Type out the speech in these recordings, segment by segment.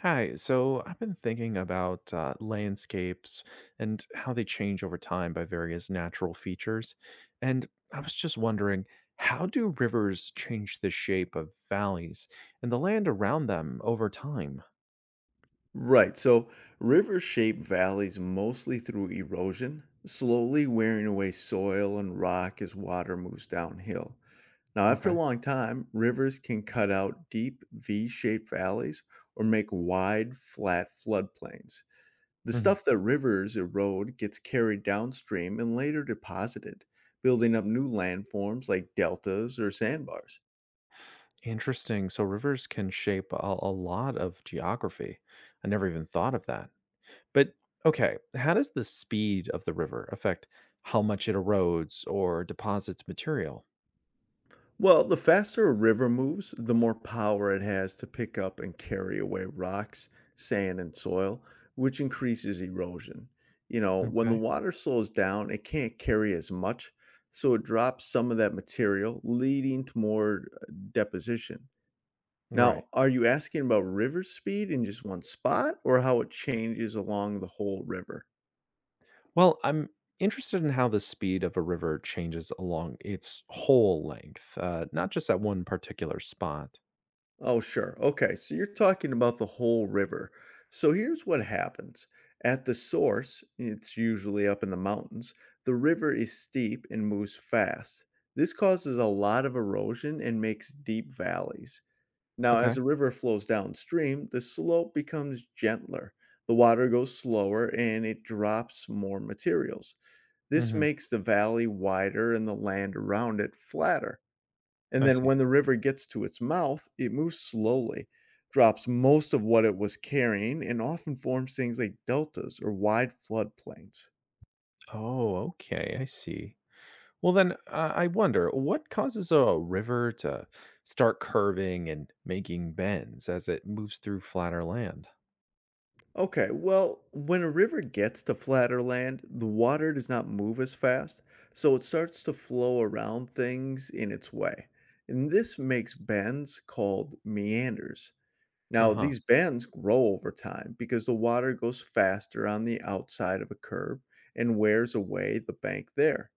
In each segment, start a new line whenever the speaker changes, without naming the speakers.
Hi, so I've been thinking about landscapes and how they change over time by various natural features. And I was just wondering, how do rivers change the shape of valleys and the land around them over time?
Right. So rivers shape valleys mostly through erosion, slowly wearing away soil and rock as water moves downhill. Now, after
Okay.
a long time, rivers can cut out deep V shaped valleys or make wide, flat floodplains. The
Hmm.
stuff that rivers erode gets carried downstream and later deposited, building up new landforms like deltas or sandbars.
Interesting. So rivers can shape a lot of geography. I never even thought of that. But okay, how does the speed of the river affect how much it erodes or deposits material?
Well, the faster a river moves, the more power it has to pick up and carry away rocks, sand, and soil, which increases erosion. You know, when the
Okay.
water slows down, it can't carry as much, so it drops some of that material, leading to more deposition.
Right.
Now, are you asking about river speed in just one spot or how it changes along the whole river?
Well, I'm interested in how the speed of a river changes along its whole length, not just at one particular spot.
Oh, sure. Okay. So you're talking about the whole river. So here's what happens. At the source, it's usually up in the mountains, the river is steep and moves fast. This causes a lot of erosion and makes deep valleys. Now, as the
Okay.
river flows downstream, the slope becomes gentler. The water goes slower and it drops more materials. This
Hmm.
makes the valley wider and the land around it flatter. And
I
then
see.
when the river gets to its mouth, it moves slowly, drops most of what it was carrying, and often forms things like deltas or wide floodplains.
Oh, okay. I see. Well, then I wonder what causes a river to start curving and making bends as it moves through flatter land?
Okay, well, when a river gets to flatter land, the water does not move as fast, so it starts to flow around things in its way. And this makes bends called meanders.
Uh
Now,
huh.
these bends grow over time because the water goes faster on the outside of a curve and wears away the bank there.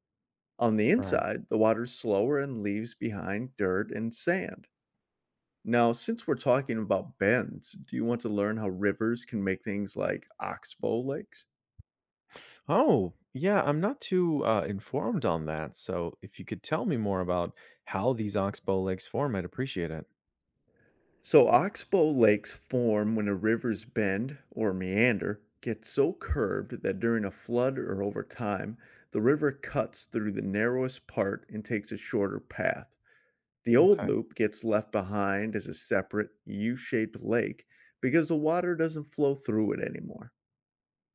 On the
Right.
inside, the water's slower and leaves behind dirt and sand. Now, since we're talking about bends, do you want to learn how rivers can make things like oxbow lakes?
Oh, yeah. I'm not too informed on that. So if you could tell me more about how these oxbow lakes form, I'd appreciate it.
So, oxbow lakes form when a river's bend or meander gets so curved that during a flood or over time, the river cuts through the narrowest part and takes a shorter path. The old
Okay.
loop gets left behind as a separate U shaped lake because the water doesn't flow through it anymore.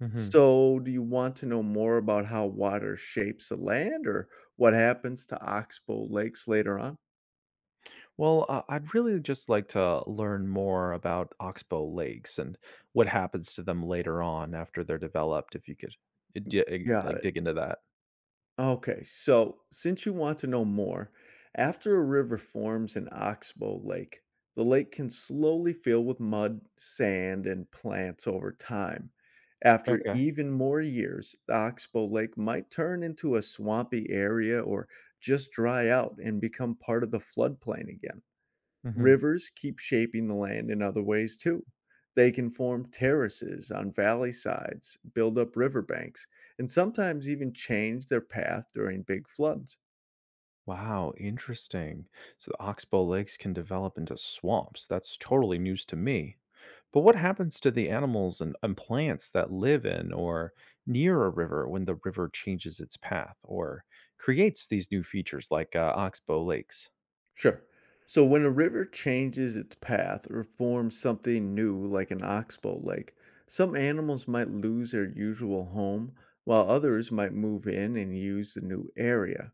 Hmm.
So, do you want to know more about how water shapes the land or what happens to oxbow lakes later on?
Well, I'd really just like to learn more about oxbow lakes and what happens to them later on after they're developed. If you could,
Got
like,
it.
dig into that.
Okay, so since you want to know more, after a river forms an oxbow lake, the lake can slowly fill with mud, sand, and plants over time. After
Okay.
even more years, the oxbow lake might turn into a swampy area or just dry out and become part of the floodplain again.
Hmm.
Rivers keep shaping the land in other ways too. They can form terraces on valley sides, build up riverbanks, and sometimes even change their path during big floods.
Wow, interesting. So the oxbow lakes can develop into swamps. That's totally news to me. But what happens to the animals and plants that live in or near a river when the river changes its path or creates these new features like oxbow lakes?
Sure. So when a river changes its path or forms something new like an oxbow lake, some animals might lose their usual home while others might move in and use the new area.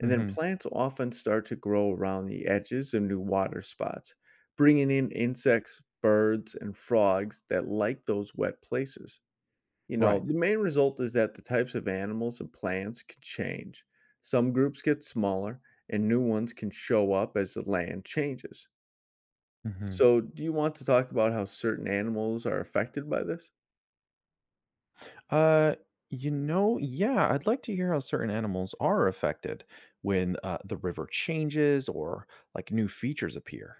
And then
Hmm.
plants often start to grow around the edges of new water spots, bringing in insects, birds, and frogs that like those wet places. You know,
Right.
the main result is that the types of animals and plants can change. Some groups get smaller, and new ones can show up as the land changes.
Mhm.
So, do you want to talk about how certain animals are affected by this?
Uh, you know, yeah, I'd like to hear how certain animals are affected when the river changes or like new features appear.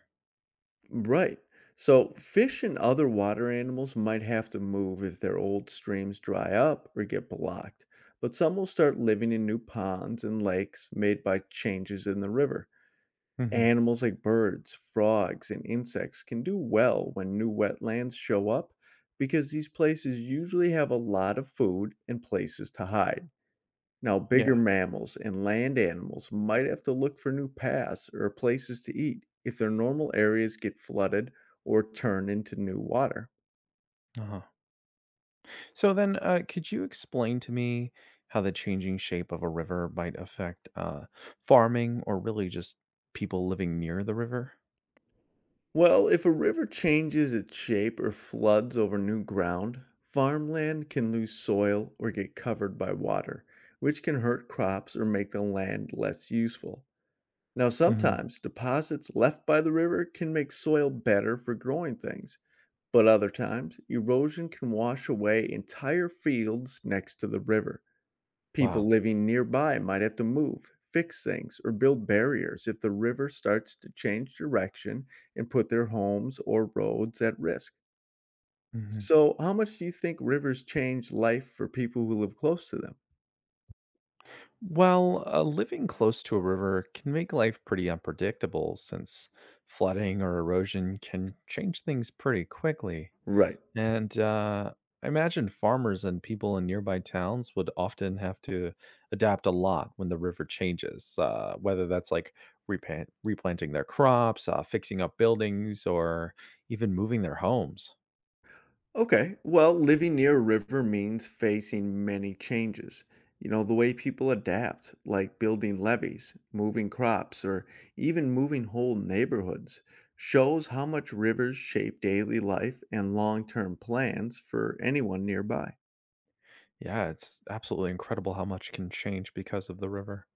Right. So fish and other water animals might have to move if their old streams dry up or get blocked, but some will start living in new ponds and lakes made by changes in the river.
Hmm.
Animals like birds, frogs, and insects can do well when new wetlands show up because these places usually have a lot of food and places to hide. Now, bigger
Yeah.
mammals and land animals might have to look for new paths or places to eat if their normal areas get flooded or turn into new water.
Uh-huh. So then, could you explain to me how the changing shape of a river might affect farming or really just people living near the river?
Well, if a river changes its shape or floods over new ground, farmland can lose soil or get covered by water, which can hurt crops or make the land less useful. Now,
Hmm.
sometimes deposits left by the river can make soil better for growing things. But other times, erosion can wash away entire fields next to the river.
Wow.
People living nearby might have to move, fix things, or build barriers if the river starts to change direction and put their homes or roads at risk.
Hmm.
So, how much do you think rivers change life for people who live close to them?
Well, living close to a river can make life pretty unpredictable since flooding or erosion can change things pretty quickly.
Right.
And, I imagine farmers and people in nearby towns would often have to adapt a lot when the river changes, whether that's like replanting their crops, fixing up buildings, or even moving their homes.
Okay. Well, living near a river means facing many changes. You know, the way people adapt, like building levees, moving crops, or even moving whole neighborhoods, shows how much rivers shape daily life and long term plans for anyone nearby.
Yeah, it's absolutely incredible how much can change because of the river.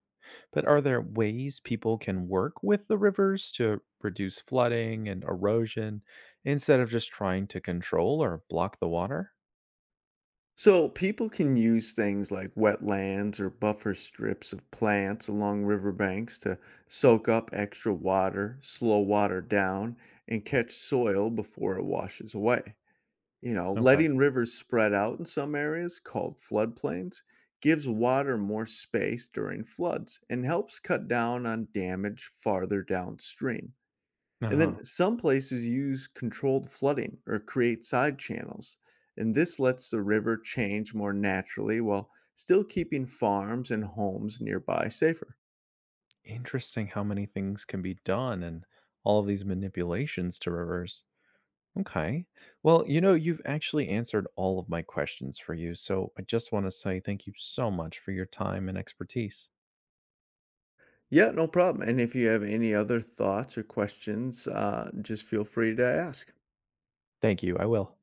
But are there ways people can work with the rivers to reduce flooding and erosion instead of just trying to control or block the water?
So, people can use things like wetlands or buffer strips of plants along riverbanks to soak up extra water, slow water down, and catch soil before it washes away. You know,
Okay.
letting rivers spread out in some areas, called floodplains, gives water more space during floods and helps cut down on damage farther downstream.
Uh
And
huh.
then some places use controlled flooding or create side channels. And this lets the river change more naturally while still keeping farms and homes nearby safer.
Interesting how many things can be done and all of these manipulations to reverse. Okay. Well, you know, you've actually answered all of my questions for you. So I just want to say thank you so much for your time and expertise.
Yeah, no problem. And if you have any other thoughts or questions, just feel free to ask.
Thank you. I will.